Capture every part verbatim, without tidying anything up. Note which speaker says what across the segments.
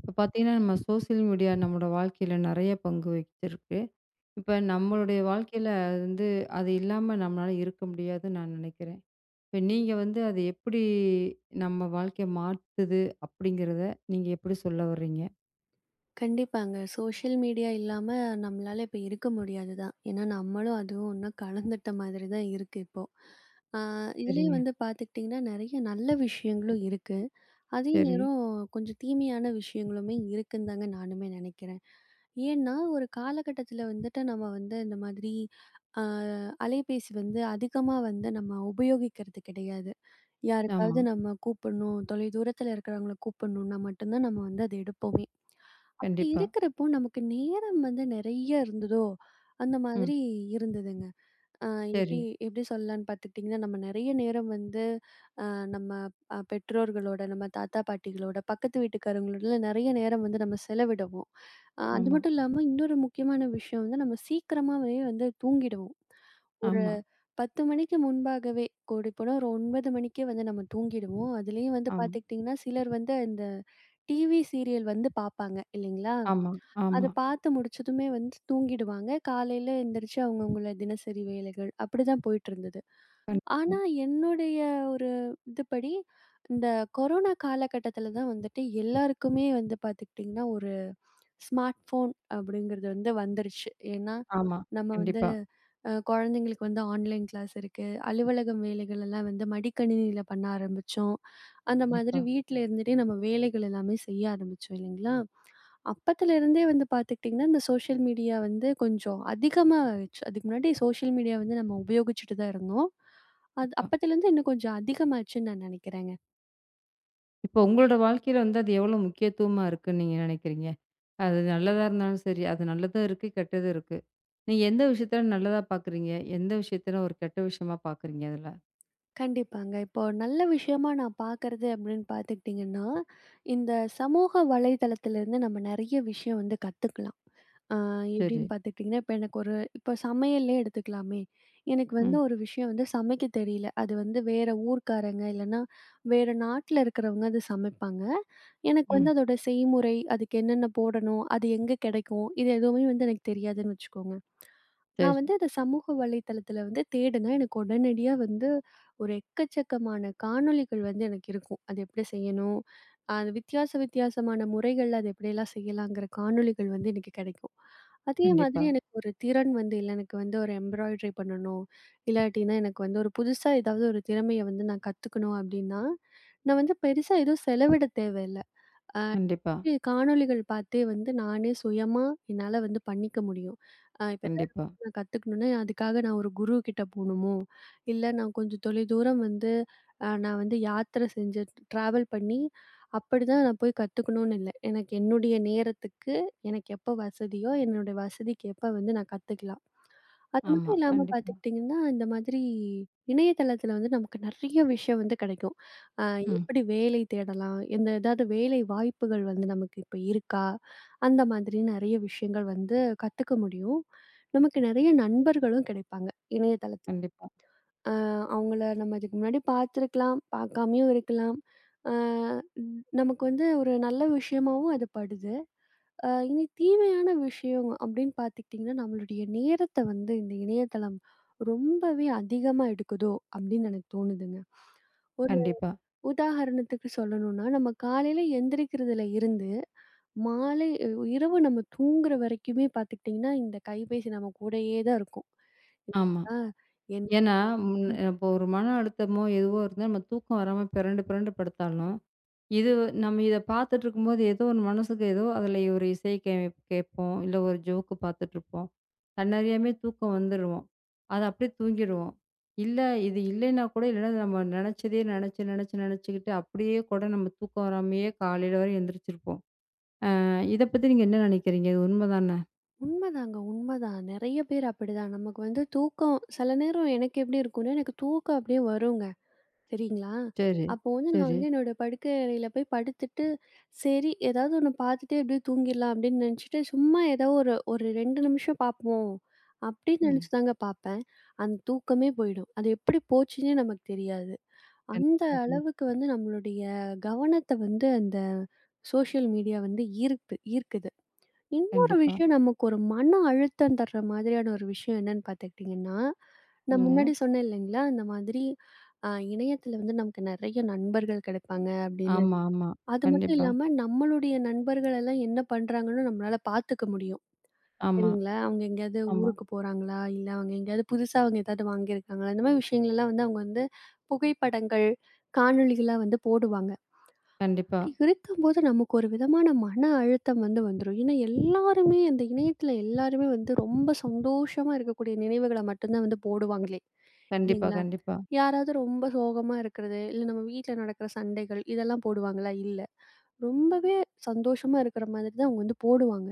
Speaker 1: இப்போ பார்த்தீங்கன்னா, நம்ம சோசியல் மீடியா நம்மளோட வாழ்க்கையில நெறைய பங்கு வகிச்சிருக்கு. இப்ப நம்மளுடைய வாழ்க்கையில அது வந்து அது இல்லாம நம்மளால இருக்க முடியாதுன்னு நான் நெனைக்கிறேன். இப்ப நீங்க வந்து அது எப்படி நம்ம வாழ்க்கைய மாத்துது அப்படிங்கிறத நீங்க எப்படி சொல்ல வர்றீங்க?
Speaker 2: கண்டிப்பாங்க. சோஷியல் மீடியா இல்லாம நம்மளால இப்ப இருக்க முடியாது தான். ஏன்னா, நம்மளும் அதுவும் ஒண்ணா கலந்துட்ட மாதிரி தான் இருக்கு இப்போ. ஆ
Speaker 1: சரிங்க.
Speaker 2: இதுலயும் வந்து பார்த்துக்கிட்டிங்கன்னா, நெறைய நல்ல விஷயங்களும் இருக்கு. அதே
Speaker 1: சரி.
Speaker 2: நேரம் கொஞ்சம் தீமையான விஷயங்களுமே இருக்குன்னு தாங்க நானுமே நினைக்கிறேன். ஏன்னா, ஒரு காலகட்டத்தில வந்துட்டு நம்ம வந்து இந்த மாதிரி அ அலைபேசி வந்து அதிகமா வந்து நம்ம உபயோகிக்கிறது கிடையாது.
Speaker 1: ஆமா.
Speaker 2: யாருக்காவது நம்ம கூப்பிடணும், தொலைதூரத்தில இருக்கிறவங்கள கூப்பிடணும்னா மட்டும் தான் நம்ம வந்து அத எடுப்போமே. அப்படி
Speaker 1: கண்டிப்பா.
Speaker 2: இருக்கிறப்போ நமக்கு நேரம் வந்து நெறைய இருந்ததோ, அந்த
Speaker 1: ம்.
Speaker 2: மாதிரி இருந்ததுங்க. அ எப்டி
Speaker 1: சரி.
Speaker 2: எப்டி சொல்லலான்னு பார்த்துக்கிட்டிங்கன்னா, நம்ம நெறைய நேரம் வந்து அ நம்ம அ பெற்றோர்களோட, நம்ம தாத்தா பாட்டிகளோட, பக்கத்து வீட்டுக்காரங்களோடல நெறைய நேரம் வந்து நம்ம செலவிடுவோம். அ அது
Speaker 1: ஆமா,
Speaker 2: மட்டும் இல்லாம இன்னொரு முக்கியமான விஷயம் வந்து நம்ம சீக்கிரமாவே வந்து தூங்கிடுவோம். ஒரு
Speaker 1: ஆமா,
Speaker 2: பத்து மணிக்கு முன்பாகவே கூடிப்போனா ஒரு ஒன்பது மணிக்கே வந்து நம்ம தூங்கிடுவோம். அதுலயும் வந்து
Speaker 1: ஆமா,
Speaker 2: பார்த்துக்கிட்டிங்கன்னா, சிலர் வந்து இந்த டிவி சீரியல் வந்து பார்ப்பாங்க இல்லைங்களா?
Speaker 1: ஆமா,
Speaker 2: அத
Speaker 1: ஆமா.
Speaker 2: பார்த்து முடிச்சதுமே வந்து தூங்கிடுவாங்க. காலையில எந்திரிச்சு அவங்கவங்கள தினசரி வேலைகள் அப்படிதான் போயிட்டுருந்தது.
Speaker 1: கண்டிப்பா.
Speaker 2: ஆனா, என்னுடைய ஒரு இதுபடி இந்த கொரோனா காலகட்டத்தில தான் வந்துட்டு எல்லாருக்குமே வந்து பார்த்துக்கிட்டிங்கன்னா, ஒரு ஸ்மார்ட் ஃபோன் அப்படிங்கிறது வந்து வந்துருச்சு. ஏன்னா,
Speaker 1: ஆமா.
Speaker 2: நம்ம வந்து
Speaker 1: கண்டிப்பா,
Speaker 2: அ குழந்தைங்களுக்கு வந்து ஆன்லைன் கிளாஸ் இருக்கு. அலுவலகம் வேலைகள் எல்லாம் வந்து மடிக்கணினியில பண்ண ஆரம்பிச்சோம். அந்த மாதிரி
Speaker 1: கண்டிப்பா,
Speaker 2: வீட்ல இருந்துட்டே நம்ம வேலைகள் எல்லாமே செய்ய ஆரம்பிச்சோம் இல்லைங்களா? அப்பத்துல இருந்தே வந்து பார்த்துக்கிட்டிங்கன்னா, இந்த சோஷியல் மீடியா வந்து கொஞ்சம் அதிகமா ஆயிடுச்சு. அதுக்கு முன்னாடி சோஷியல் மீடியா வந்து நம்ம உபயோகிச்சுட்டு தான் இருந்தோம். அது
Speaker 1: கண்டிப்பா.
Speaker 2: அப்பத்துலேருந்து இன்னும் கொஞ்சம் அதிகமாச்சுன்னு நான் நினைக்கிறேங்க.
Speaker 1: இப்போ உங்களோட வாழ்க்கையில வந்து அது எவ்வளோ முக்கியத்துவமா இருக்குன்னு நீங்க நினைக்கிறீங்க? அது நல்லதா இருந்தாலும் சரி, அது நல்லதும் இருக்கு, கெட்டதும் இருக்கு. நீங்க எந்த விஷயத்துல நல்லதா பார்க்குறீங்க? எந்த விஷயத்துல ஒரு கெட்ட விஷயமா பார்க்குறீங்க அதுல?
Speaker 2: கண்டிப்பாங்க. இப்போ நல்ல விஷயமா நான் பார்க்கறது அப்படின்னு பார்த்துக்கிட்டிங்கன்னா, இந்த சமூக வலைதளத்திலிருந்து நம்ம நெறைய விஷயம் வந்து கத்துக்கலாம். ஆ
Speaker 1: சரி.
Speaker 2: எப்படின்னு பார்த்துக்கிட்டிங்கன்னா, இப்ப எனக்கு ஒரு இப்போ சமையல்லே எடுத்துக்கலாமே. எனக்கு வந்து
Speaker 1: ம்.
Speaker 2: ஒரு விஷயம் வந்து சமைக்க தெரியல. அது வந்து வேற ஊர்க்காரங்க இல்லன்னா, வேற நாட்ல இருக்கிறவங்க அது சமைப்பாங்க. எனக்கு
Speaker 1: ம்.
Speaker 2: வந்து அதோட செய்முறை, அதுக்கு என்னென்ன போடணும், அது எங்க கெடைக்கும், இது எதுவுமே வந்து எனக்கு தெரியாதுன்னு வச்சுக்கோங்க.
Speaker 1: சரி.
Speaker 2: நான் வந்து அத சமூக வலைத்தளத்தில வந்து தேடுனா, எனக்கு உடனடியா வந்து ஒரு எக்கச்சக்கமான காணொளிகள் வந்து எனக்கு இருக்கும். அது எப்படி செய்யணும்? அது வித்தியாச வித்தியாசமான முறைகள்ல அது எப்படியெல்லாம் செய்யலாங்கிற காணொளிகள் வந்து எனக்கு கிடைக்கும். அதே மாதிரி
Speaker 1: கண்டிப்பா,
Speaker 2: எனக்கு ஒரு திறன் வந்து இல்ல எனக்கு வந்து ஒரு எம்ப்ராய்டரி பண்ணணும். இல்லாட்டினா எனக்கு வந்து ஒரு புதுசா ஏதாவது ஒரு திறமைய வந்து நான் கத்துக்கணும் அப்படின்னா, நான் வந்து பெருசா எதுவும் செலவிட தேவையில்ல. அ
Speaker 1: கண்டிப்பா,
Speaker 2: காணொளிகள் பார்த்தே வந்து நானே சுயமா என்னால வந்து பண்ணிக்க முடியும். அ இப்ப ஏதாவது
Speaker 1: கண்டிப்பா.
Speaker 2: நான் கத்துக்கணும்னா, அதுக்காக நான் ஒரு குரு கிட்ட போணுமோ, இல்ல நான் கொஞ்சம் தொலைதூரம் வந்து அ நான் வந்து யாத்திரை செஞ்சு ட்ராவல் பண்ணி அப்படிதான் நான் போய் கத்துக்கணும்னு இல்ல. எனக்கு என்னுடைய நேரத்துக்கு எனக்கு எப்ப வசதியோ, என்னுடைய வசதிக்கு எப்ப வந்து நான் கத்துக்கலாம். அது
Speaker 1: ஆமா.
Speaker 2: மட்டும் இல்லாம
Speaker 1: கண்டிப்பா.
Speaker 2: பார்த்துக்கிட்டிங்கன்னா, இந்த மாதிரி இணையதளத்தில வந்து நமக்கு நெறைய விஷயம் வந்து கிடைக்கும். அ
Speaker 1: ம்.
Speaker 2: எப்படி வேலை தேடலாம்? எந்த ஏதாவது வேலை வாய்ப்புகள் வந்து நமக்கு இப்ப இருக்கா? அந்த மாதிரி நெறைய விஷயங்கள் வந்து கத்துக்க முடியும். நமக்கு நெறைய நண்பர்களும் கிடைப்பாங்க, இணையதளத்தில.
Speaker 1: கண்டிப்பா,
Speaker 2: அ அவங்கள நம்ம இதுக்கு முன்னாடி பார்த்துருக்கலாம், பார்க்காமயும் இருக்கலாம். அ நமக்கு வந்து ஒரு நல்ல விஷயமாவும் அது படுது. அ இனி தீமையான விஷயம் அப்படின்னு பார்த்துக்கிட்டிங்கன்னா, நம்மளுடைய நேரத்த வந்து இந்த இணையதளம் ரொம்பவே அதிகமா எடுக்குதோ! அப்படின்னு எனக்கு தோணுதுங்க. ஒரு
Speaker 1: கண்டிப்பா.
Speaker 2: உதாரணத்துக்கு சொல்லணும்னா, நம்ம காலையில எந்திரிக்கிறதுல இருந்து, மாலை அ இரவு நம்ம தூங்குற வரைக்குமே பார்த்துக்கிட்டிங்கன்னா, இந்த கைபேசி நம்ம கூடயே தான் இருக்கும்.
Speaker 1: ஆமா.
Speaker 2: இல்லைங்களா? என்
Speaker 1: ஏன்னா, முன்ன இப்போ ஒரு மன அழுத்தமோ, எதுவோ இருந்தா நம்ம தூக்கம் வராம பெரண்டு பெரண்டு படுத்தாலும், இது நம்ம இத பார்த்துட்டுருக்கும்போது ஏதோ ஒரு மனசுக்கு ஏதோ அதில ஒரு இசை கே கேட்போம். இல்ல ஒரு ஜோக்கு பார்த்துட்டுருப்போம். தன்னறியாமே தூக்கம் வந்துருவோம். அத அப்படியே தூங்கிடுவோம். இல்ல இது இல்லைன்னா கூட இல்லன்னா நம்ம நெனச்சதே நெனச்சு நெனச்சு நெனச்சுக்கிட்டு அப்படியே கூட நம்ம தூக்கம் வராமயே காலையில வரை எந்திரிச்சிருப்போம். அ இத பத்தி நீங்க என்ன நெனைக்கிறீங்க? இது உண்ம தான?
Speaker 2: உண்மதாங்க, உண்மதான். நெறைய பேர் அப்படிதான். நமக்கு வந்து தூக்கம் சில நேரம் எனக்கு எப்படி இருக்கும்னா, எனக்கு தூக்கம் அப்படியே வருங்க. சரிங்களா?
Speaker 1: சரி,
Speaker 2: அப்போ வந்து நான்
Speaker 1: சரி.
Speaker 2: வந்து என்னோட படுக்கை அறையில போய் படுத்துட்டு, சரி ஏதாவது ஒண்ணு பார்த்துட்டே அப்படியே தூங்கிடலாம் அப்படின்னு நினைச்சுட்டு, சும்மா ஏதோ ஒரு ஒரு இரண்டு நிமிஷம் பார்ப்போம் அப்படின்னு
Speaker 1: ம்.
Speaker 2: நினைச்சு தாங்க பார்ப்பேன். அந்த தூக்கமே போயிடும். அது எப்படி போச்சுன்னே நமக்கு தெரியாது. அந்த
Speaker 1: கண்டிப்பா,
Speaker 2: அளவுக்கு வந்து நம்மளுடைய கவனத்த வந்து அந்த சோஷியல் மீடியா வந்து ஈர்த்து ஈர்க்குது. இன்னொரு
Speaker 1: கண்டிப்பா.
Speaker 2: விஷயம் நமக்கு ஒரு மன அழுத்தம் தர்ற மாதிரியான ஒரு விஷயம் என்னன்னு பார்த்துக்கிட்டிங்கன்னா, நான் முன்னாடி
Speaker 1: ம்.
Speaker 2: சொன்னேன் இல்லைங்களா? அந்த மாதிரி அ இணையத்தில வந்து நமக்கு நெறைய நண்பர்கள் கிடைப்பாங்க அப்படின்னு.
Speaker 1: ஆமா, ஆமா.
Speaker 2: அது மட்டும்
Speaker 1: கண்டிப்பா.
Speaker 2: இல்லாம நம்மளுடைய நண்பர்கள் எல்லாம் என்ன பண்றாங்கன்னு நம்மளால பார்த்துக்க முடியும்.
Speaker 1: ஆமா,
Speaker 2: சரிங்களா? அவங்க எங்கேயாவது
Speaker 1: ஆமா.
Speaker 2: ஊருக்கு போறாங்களா? இல்ல அவங்க எங்கேயாவது புதுசா அவங்க ஏதாவது வாங்கியிருக்காங்களா? இந்த மாதிரி விஷயங்கள்லாம் வந்து அவங்க வந்து புகைப்படங்கள், காணொளிகளா வந்து போடுவாங்க.
Speaker 1: கண்டிப்பா,
Speaker 2: அப்படி இருக்கும்போது நமக்கு ஒரு விதமான மன அழுத்தம் வந்து வந்துரும். ஏன்னா எல்லாருமே அந்த இணையத்துல எல்லாருமே வந்து ரொம்ப சந்தோஷமா இருக்கக்கூடிய நினைவுகள மட்டும்தான் வந்து போடுவாங்களே!
Speaker 1: கண்டிப்பா,
Speaker 2: இல்லைங்களா?
Speaker 1: கண்டிப்பா.
Speaker 2: யாராவது ரொம்ப சோகமா இருக்கிறது, இல்ல நம்ம வீட்ல நடக்கிற சண்டைகள் இதெல்லாம் போடுவாங்களா? இல்ல. ரொம்பவே சந்தோஷமா இருக்கிற மாதிரி தான் அவங்க வந்து போடுவாங்க.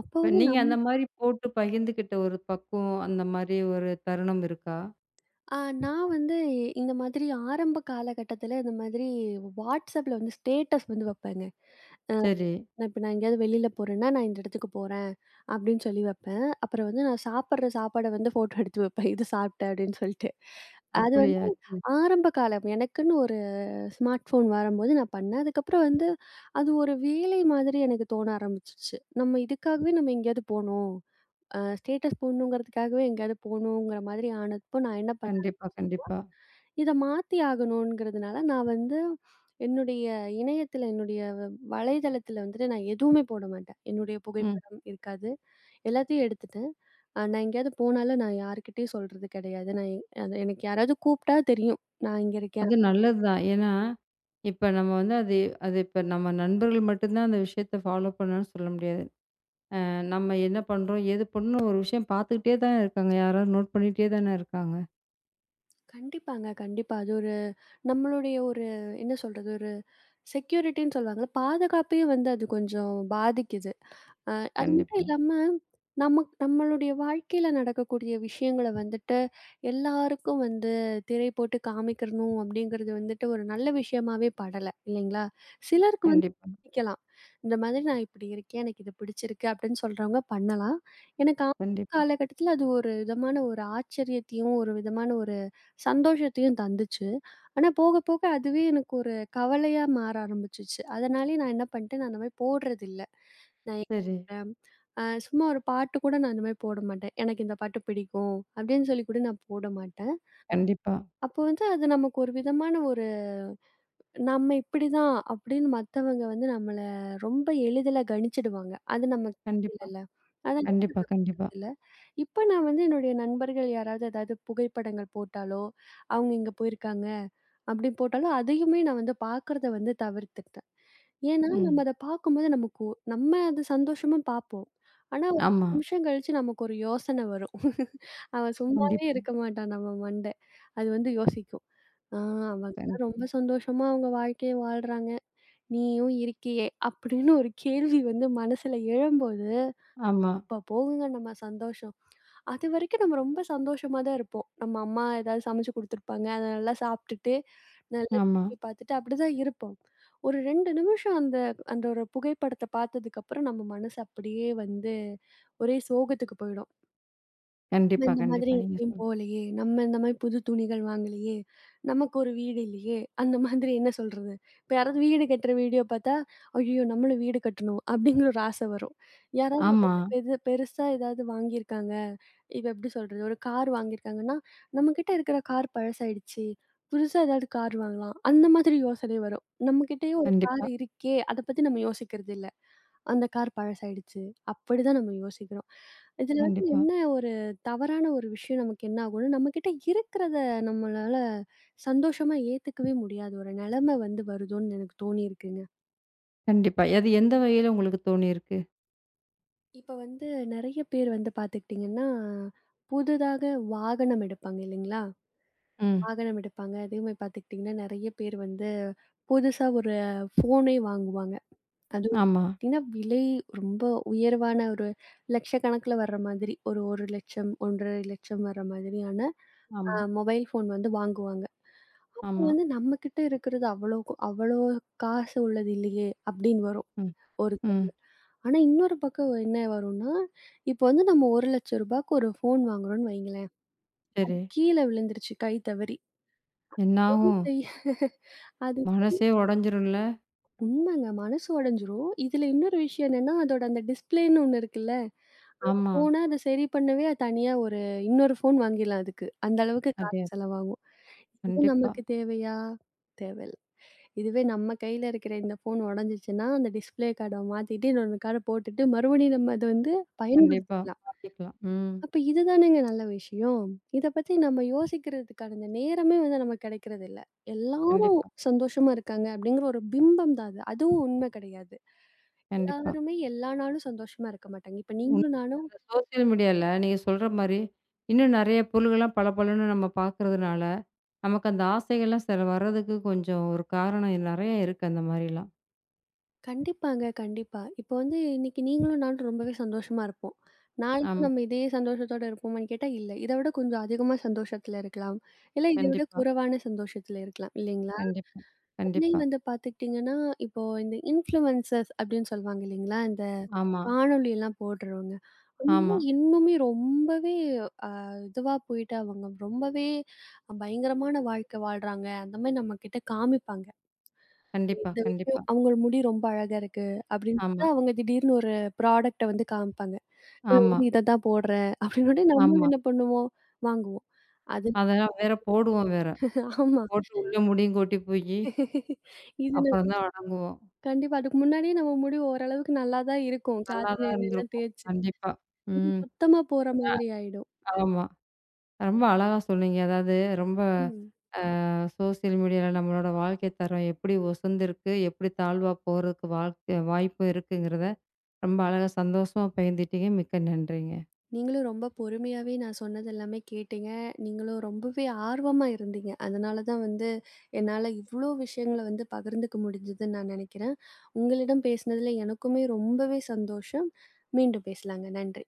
Speaker 2: அப்போ
Speaker 1: இப்ப
Speaker 2: வந்து
Speaker 1: நீங்க
Speaker 2: நம்
Speaker 1: அந்த மாரி போட்டு பகிர்ந்துக்கிட்ட ஒரு பக்குவம், அந்த மாரி ஒரு தருணம் இருக்கா?
Speaker 2: அ நான் வந்து இந்த மாதிரி ஆரம்ப காலகட்டத்துல இந்த மாதிரி WhatsAppல வந்து ஸ்டேட்டஸ் வந்து வைப்பேங்க.
Speaker 1: சரி.
Speaker 2: நான் இப்ப நான் எங்கேயாவது வெளியில போறேன்னா, நான் இந்த இடத்துக்கு போறேன் அப்படின்னு சொல்லி வைப்பேன். அப்புறம் வந்து நான் சாப்பிடுற சாப்பாட வந்து ஃபோட்டோ எடுத்து வைப்பேன். இது சாப்பிட்டேன் அப்படின்னு சொல்லிட்டு. அது
Speaker 1: அப்படியா?
Speaker 2: வந்து
Speaker 1: சரி.
Speaker 2: ஆரம்ப காலம் எனக்குன்னு ஒரு ஸ்மார்ட் ஃபோன் வரும்போது நான் பண்ணேன். அதுக்கப்புறம் வந்து அது ஒரு வேலை மாதிரி எனக்கு தோண ஆரம்பிச்சுருச்சு. நம்ம இதுக்காகவே நம்ம எங்கேயாவது போணும். அ ஸ்டேட்டஸ் போடணுங்கிறதுக்காகவே எங்கேயாவது போணுங்கிற மாதிரி ஆனப்போ நான் என்ன பண்ணேன்
Speaker 1: கண்டிப்பா, கண்டிப்பா.
Speaker 2: இத மாத்தி ஆகணும்ங்கிறதுனால, நான் வந்து என்னுடைய இணையத்தில, என்னுடைய வ வலைதளத்தில வந்துட்டு நான் எதுவுமே போட மாட்டேன். என்னுடைய
Speaker 1: ம்.
Speaker 2: புகைப்படம் இருக்காது. எல்லாத்தையும் எடுத்துட்டேன். அ நான் எங்கேயாவது போனாலும் நான் யார்கிட்டயும் சொல்றது கிடையாது. நான் எ- அது எனக்கு யாராவது கூப்பிட்டா தெரியும். நான் இங்க இருக்கேன்.
Speaker 1: அது நல்லதுதான். ஏன்னா, இப்ப நம்ம வந்து அது அது இப்ப நம்ம நண்பர்கள் மட்டும் தான் அந்த விஷயத்த ஃபாலோ பண்ணணும்னு சொல்ல முடியாது. அ நம்ம என்ன பண்றோம், ஏது பண்ணணும் ஒரு விஷயம் பார்த்துக்கிட்டே தானே இருக்காங்க. யாராவது நோட் பண்ணிட்டே தானே இருக்காங்க.
Speaker 2: கண்டிப்பாங்க, கண்டிப்பா. அது ஒரு நம்மளுடைய ஒரு என்ன சொல்றது? ஒரு செக்யூரிட்டின்னு சொல்லுவாங்கல்ல, பாதுகாப்பையும் வந்து அது கொஞ்சம் பாதிக்குது. அ அது மட்டும்
Speaker 1: கண்டிப்பா,
Speaker 2: இல்லாம, நமக் நம்மளுடைய வாழ்க்கையில நடக்கக்கூடிய விஷயங்கள வந்துட்டு, எல்லாருக்கும் வந்து திரை போட்டு காமிக்கிறணும் அப்படிங்கிறது வந்துட்டு ஒரு நல்ல விஷயமாவே படல, இல்லைங்களா? சிலருக்கு வந்து
Speaker 1: கண்டிப்பா,
Speaker 2: பிடிக்கலாம். இந்த மாதிரி நான் இப்படி இருக்கேன், எனக்கு இது பிடிச்சிருக்கு அப்படின்னு சொல்றவங்க பண்ணலாம். எனக்கு ஆரம்ப
Speaker 1: கண்டிப்பா.
Speaker 2: காலகட்டத்தில அது ஒரு விதமான ஒரு ஆச்சரியத்தையும், ஒரு விதமான ஒரு சந்தோஷத்தையும் தந்துச்சு. ஆனா போக போக அதுவே எனக்கு ஒரு கவலையா மாற ஆரம்பிச்சுச்சு. அதனாலேயே நான் என்ன பண்ணிட்டேன், நான் அந்த மாரி போடுறதில்ல. நான்
Speaker 1: சரி.
Speaker 2: அ சும்மா ஒரு பாட்டு கூட நான் இந்த மாரி போட மாட்டேன். எனக்கு இந்த பாட்டு பிடிக்கும் அப்படின்னு சொல்லி கூட நான் போட மாட்டேன்.
Speaker 1: கண்டிப்பா,
Speaker 2: அப்போ வந்து அது நமக்கு ஒரு விதமான ஒரு நம்ம இப்படிதான் அப்படின்னு மத்தவங்க வந்து நம்மள ரொம்ப எளிதில கணிச்சிடுவாங்க. அது நமக்கு
Speaker 1: கண்டிப்பா.
Speaker 2: இல்லல்ல. அத
Speaker 1: கண்டிப்பா, கண்டிப்பா.
Speaker 2: இல்ல. இப்ப நான் வந்து என்னுடைய நண்பர்கள் யாராவது ஏதாவது புகைப்படங்கள் போட்டாலோ, அவங்க இங்க போயிருக்காங்க, அப்படி போட்டாலோ அதையுமே நான் வந்து பார்க்கறத வந்து தவிர்த்துட்டேன். ஏன்னா நம்ம
Speaker 1: ம்.
Speaker 2: அத பார்க்கும்போது நமக்கு ஒ- நம்ம அது சந்தோஷமா பார்ப்போம். ஆனா ஒரு
Speaker 1: ஆமா.
Speaker 2: இரண்டு நிமிஷம் கழிச்சு நமக்கு ஒரு யோசனை வரும். அவன் சும்மாவே
Speaker 1: கண்டிப்பா.
Speaker 2: இருக்க மாட்டான் நம்ம மண்டை. அது வந்து யோசிக்கும். ஆ
Speaker 1: கண்
Speaker 2: அவங்கலாம் ரொம்ப சந்தோஷமா அவங்க வாழ்க்கைய வாழ்றாங்க. நீயும் இருக்கியே! அப்படின்னு ஒரு கேள்வி வந்து மனசுல எழும்போது
Speaker 1: ஆமா,
Speaker 2: அப்பா போகுங்க நம்ம சந்தோஷம். அதுவரைக்கும் நம்ம ரொம்ப சந்தோஷமா தான் இருப்போம். நம்ம அம்மா ஏதாவது சமைச்சு குடுத்துருப்பாங்க. அத நல்லா சாப்பிட்டுட்டு, நல்லா
Speaker 1: ஆமா.
Speaker 2: டிவி பார்த்துட்டு அப்படிதான் இருப்போம். ஒரு இரண்டு நிமிஷம் அந்த அந்த ஒரு புகைப்படத்த பார்த்ததுக்கப்புறம் நம்ம மனசு அப்படியே வந்து ஒரே சோகத்துக்கு போயிடும். நம்ம
Speaker 1: கண்டிப்பா,
Speaker 2: இந்த மாதிரி
Speaker 1: கண்டிப்பா. நீங்க
Speaker 2: எங்கேயும்
Speaker 1: சொல்
Speaker 2: போகலையே! நம்ம இந்த மாரி புது துணிகள் வாங்கலையே! நமக்கு ஒரு வீடு இல்லையே! அந்த மாதிரி என்ன சொல்றது? இப்ப யாராவது வீடு கட்டுற வீடியோ பார்த்தா, "ஐயய்யோ! நம்மளும் வீடு கட்டணும்." அப்படிங்கிற ஒரு ஆசை வரும். யாராவது
Speaker 1: ஆமா.
Speaker 2: ஏதாவது பெரு பெருசா ஏதாவது வாங்கியிருக்காங்க. இப்ப எப்படி சொல்றது? ஒரு கார் வாங்கியிருக்காங்கன்னா, "நம்மகிட்ட இருக்கிற கார் பழசாயிடுச்சு. புதுசா ஏதாவது கார் வாங்கலாம்." அந்த மாதிரி யோசனை வரும். நம்மகிட்டயே ஒரு கார்
Speaker 1: கண்டிப்பா,
Speaker 2: இருக்கே! அத பத்தி நம்ம யோசிக்கிறது இல்ல. அந்த கார் பழசாயிடுச்சு. அப்படிதான் நம்ம யோசிக்கிறோம். இதுல வந்து
Speaker 1: கண்டிப்பா,
Speaker 2: என்ன ஒரு தவறான ஒரு விஷயம் நமக்கு என்ன ஆகும்னா, நம்மகிட்ட இருக்கிறத நம்மளால சந்தோஷமா ஏத்துக்கவே முடியாத ஒரு நிலைமை வந்து வருதோன்னு எனக்கு தோணியிருக்குங்க.
Speaker 1: கண்டிப்பா. அது எந்த வகையில உங்களுக்கு தோணியிருக்கு?
Speaker 2: இப்ப வந்து நெறைய பேர் வந்து பார்த்துக்கிட்டீங்கன்னா, புதிதாக வாகனம் எடுப்பாங்க இல்லைங்களா?
Speaker 1: ம்.
Speaker 2: வாகனம் எடுப்பாங்க. அதே மாரி பார்த்துக்கிட்டீங்கன்னா, நெறைய பேர் வந்து புதுசா ஒரு ஃபோனே வாங்குவாங்க. அதுவும்
Speaker 1: ஆமா,
Speaker 2: பார்த்தீங்கன்னா, விலை ரொம்ப உயர்வான ஒரு லட்சக்கணக்கில வர்ற மாதிரி ஒரு 1,00,000 1,50,000 வர்ற மாதிரியான அ
Speaker 1: ஆமா,
Speaker 2: மொபைல் ஃபோன் வந்து வாங்குவாங்க. அப்ப
Speaker 1: ஆமா.
Speaker 2: வந்து நம்மகிட்ட இருக்கிறது அவ்வளோ கு- அவ்வளோ காசு உள்ளது இல்லையே அப்படின்னு வரும்
Speaker 1: ம்,
Speaker 2: ஒரு
Speaker 1: ம்.
Speaker 2: கேள்வி. ஆனா இன்னொரு பக்கம் என்ன வரும்னா, இப்போ வந்து நம்ம ரூ. 1,00,000க்கு ஒரு ஃபோன் வாங்குறோம்னு வைங்களேன். அது
Speaker 1: சரி.
Speaker 2: கீழ விழுந்துருச்சு கை தவறி. சரி
Speaker 1: என்னாகும்?
Speaker 2: செய் அது
Speaker 1: மனசே உடைஞ்சிரும்ல?
Speaker 2: உண்மைங்க மனசு உடைஞ்சிரும். இதுல இன்னொரு விஷயம் என்னன்னா, அதோட அந்த டிஸ்ப்ளேன்னு ஒண்ணு இருக்குல்ல.
Speaker 1: ஆமா.
Speaker 2: போனா அத சரி பண்ணவே அது தனியா ஒரு இன்னொரு ஃபோன் வாங்கிடலாம் அதுக்கு. அந்த அளவுக்கு
Speaker 1: அதே
Speaker 2: காசு செலவாகும். இது
Speaker 1: கண்டிப்பா,
Speaker 2: நமக்கு தேவையா? தேவையில்ல. இதுவே நம்ம கையில இருக்கிற இந்த ஃபோன் உடைஞ்சிச்சுன்னா, அந்த டிஸ்ப்ளே கார்ட மாத்திட்டு இன்னொரு கார்ட போட்டுட்டு மறுபடியும் நம்ம அத வந்து
Speaker 1: கண்டிப்பா.
Speaker 2: பயன்படுத்திக்கலாம்.
Speaker 1: மாத்திக்கலாம். ம்.
Speaker 2: அப்ப இதுதானேங்க நல்ல விஷயம். இத பத்தி நம்ம யோசிக்கிறதுக்கான அந்த நேரமே வந்து நமக்கு கிடைக்கிறதில்ல. எல்லாரும்
Speaker 1: கண்டிப்பா,
Speaker 2: சந்தோஷமா இருக்காங்க அப்படிங்கிற ஒரு பிம்பம் தான் அது. அதுவும் உண்மை கிடையாது.
Speaker 1: கண்டிப்பா.
Speaker 2: எல்லாருமே எல்லா நாளும் சந்தோஷமா இருக்க மாட்டாங்க. இப்ப
Speaker 1: உண்
Speaker 2: நீங்களும் நானும்
Speaker 1: அந்த சோசியல் மீடியால நீங்க சொல்ற மாரி, இன்னும் நெறைய பொருள்கள்லாம் பளபளன்னு நம்ம பார்க்கறதுனால நமக்கு அந்த ஆசைகள்லாம் சில வர்றதுக்கு கொஞ்சம் ஒரு காரணம் நெறைய இருக்கு அந்த மாரிலாம்.
Speaker 2: கண்டிப்பாங்க, கண்டிப்பா. இப்போ வந்து இன்னைக்கு நீங்களும் நானும் ரொம்பவே சந்தோஷமா இருப்போம். நாளைக்கும்
Speaker 1: ஆமா.
Speaker 2: நம்ம இதே சந்தோஷத்தோட இருப்போமான்னு கேட்டா, இல்ல. இத விட கொஞ்சம் அதிகமா சந்தோஷத்துல இருக்கலாம். இல்ல இத விட
Speaker 1: கண்டிப்பா,
Speaker 2: குறைவான சந்தோஷத்துல இருக்கலாம். இல்லைங்களா?
Speaker 1: கண்டிப்பா, கண்டிப்பா.
Speaker 2: அதுலயும் வந்து பார்த்துக்கிட்டீங்கன்னா, இப்போ இந்த இன்ஃப்ளூயன்சர்ஸ் அப்படின்னு சொல்லுவாங்க இல்லைங்களா? இந்த
Speaker 1: ஆமா,
Speaker 2: காணொளிலாம் போடுறவங்க. அவங்க
Speaker 1: ஆமா.
Speaker 2: இன்னுமே ரொம்பவே இதுவா போயிட்டு அவங்க ரொம்பவே பயங்கரமான வாழ்க்கை வாழ்றாங்க. அந்த மாரி நம்மகிட்ட காமிப்பாங்க.
Speaker 1: கண்டிப்பா,
Speaker 2: இந்த விஷயம்
Speaker 1: கண்டிப்பா.
Speaker 2: அவங்கள முடி ரொம்ப அழகா இருக்கு அப்படின்னு
Speaker 1: ஆமா,
Speaker 2: பார்த்தா, அவங்க திடீர்னு ஒரு ப்ராடக்ட்ட வந்து காமிப்பாங்க.
Speaker 1: ஆமா,
Speaker 2: வந்து இத தான் போடுறேன் அப்படின்னு உடனே நம்மளும்
Speaker 1: ஆமா.
Speaker 2: என்ன பண்ணுவோம்? வாங்குவோம். அது
Speaker 1: அதெல்லாம் வேற போடுவோம் வேற.
Speaker 2: ஆமா.
Speaker 1: போட்டு உள்ள முடியும் கொட்டி போயி,
Speaker 2: இது ந
Speaker 1: அப்புறம் தான் அடங்குவோம்.
Speaker 2: கண்டிப்பா. அதுக்கு முன்னாடியே நம்ம முடி ஓரளவுக்கு நல்லா தான் இருக்கும்.
Speaker 1: நல்லா
Speaker 2: காத்துன
Speaker 1: தான்
Speaker 2: எண்ணெயெல்லாம்
Speaker 1: இருந்திருக்கும்.
Speaker 2: தேய்ச்சு.
Speaker 1: கண்டிப்பா.
Speaker 2: இது
Speaker 1: ம்.
Speaker 2: சுத்தமா போற மாதிரி ஆயிடும்.
Speaker 1: ஆமா. ரொம்ப அழகா சொன்னீங்க. அதாவது ரொம்ப
Speaker 2: ம்.
Speaker 1: அ சோசியல் மீடியால நம்மளோட வாழ்க்கை தரம் எப்படி உசந்திருக்கு, எப்படி தாழ்வா போறதுக்கு வாழ்க்கை வாய்ப்பு இருக்குங்கிறத ரொம்ப அழகா சந்தோஷமா பகிர்ந்துட்டீங்க. மிக்க நன்றிங்க.
Speaker 2: நீங்களும் ரொம்ப பொறுமையாவே நான் சொன்னது எல்லாமே கேட்டீங்க. நீங்களும் ரொம்பவே ஆர்வமா இருந்தீங்க. அதனால தான் வந்து என்னால இவ்ளோ விஷயங்கள வந்து பகிர்ந்துக்க முடிஞ்சதுன்னு நான் நெனைக்கிறேன். உங்களிடம் பேசினதுல எனக்குமே ரொம்பவே சந்தோஷம். மீண்டும் பேசலாங்க. நன்றி.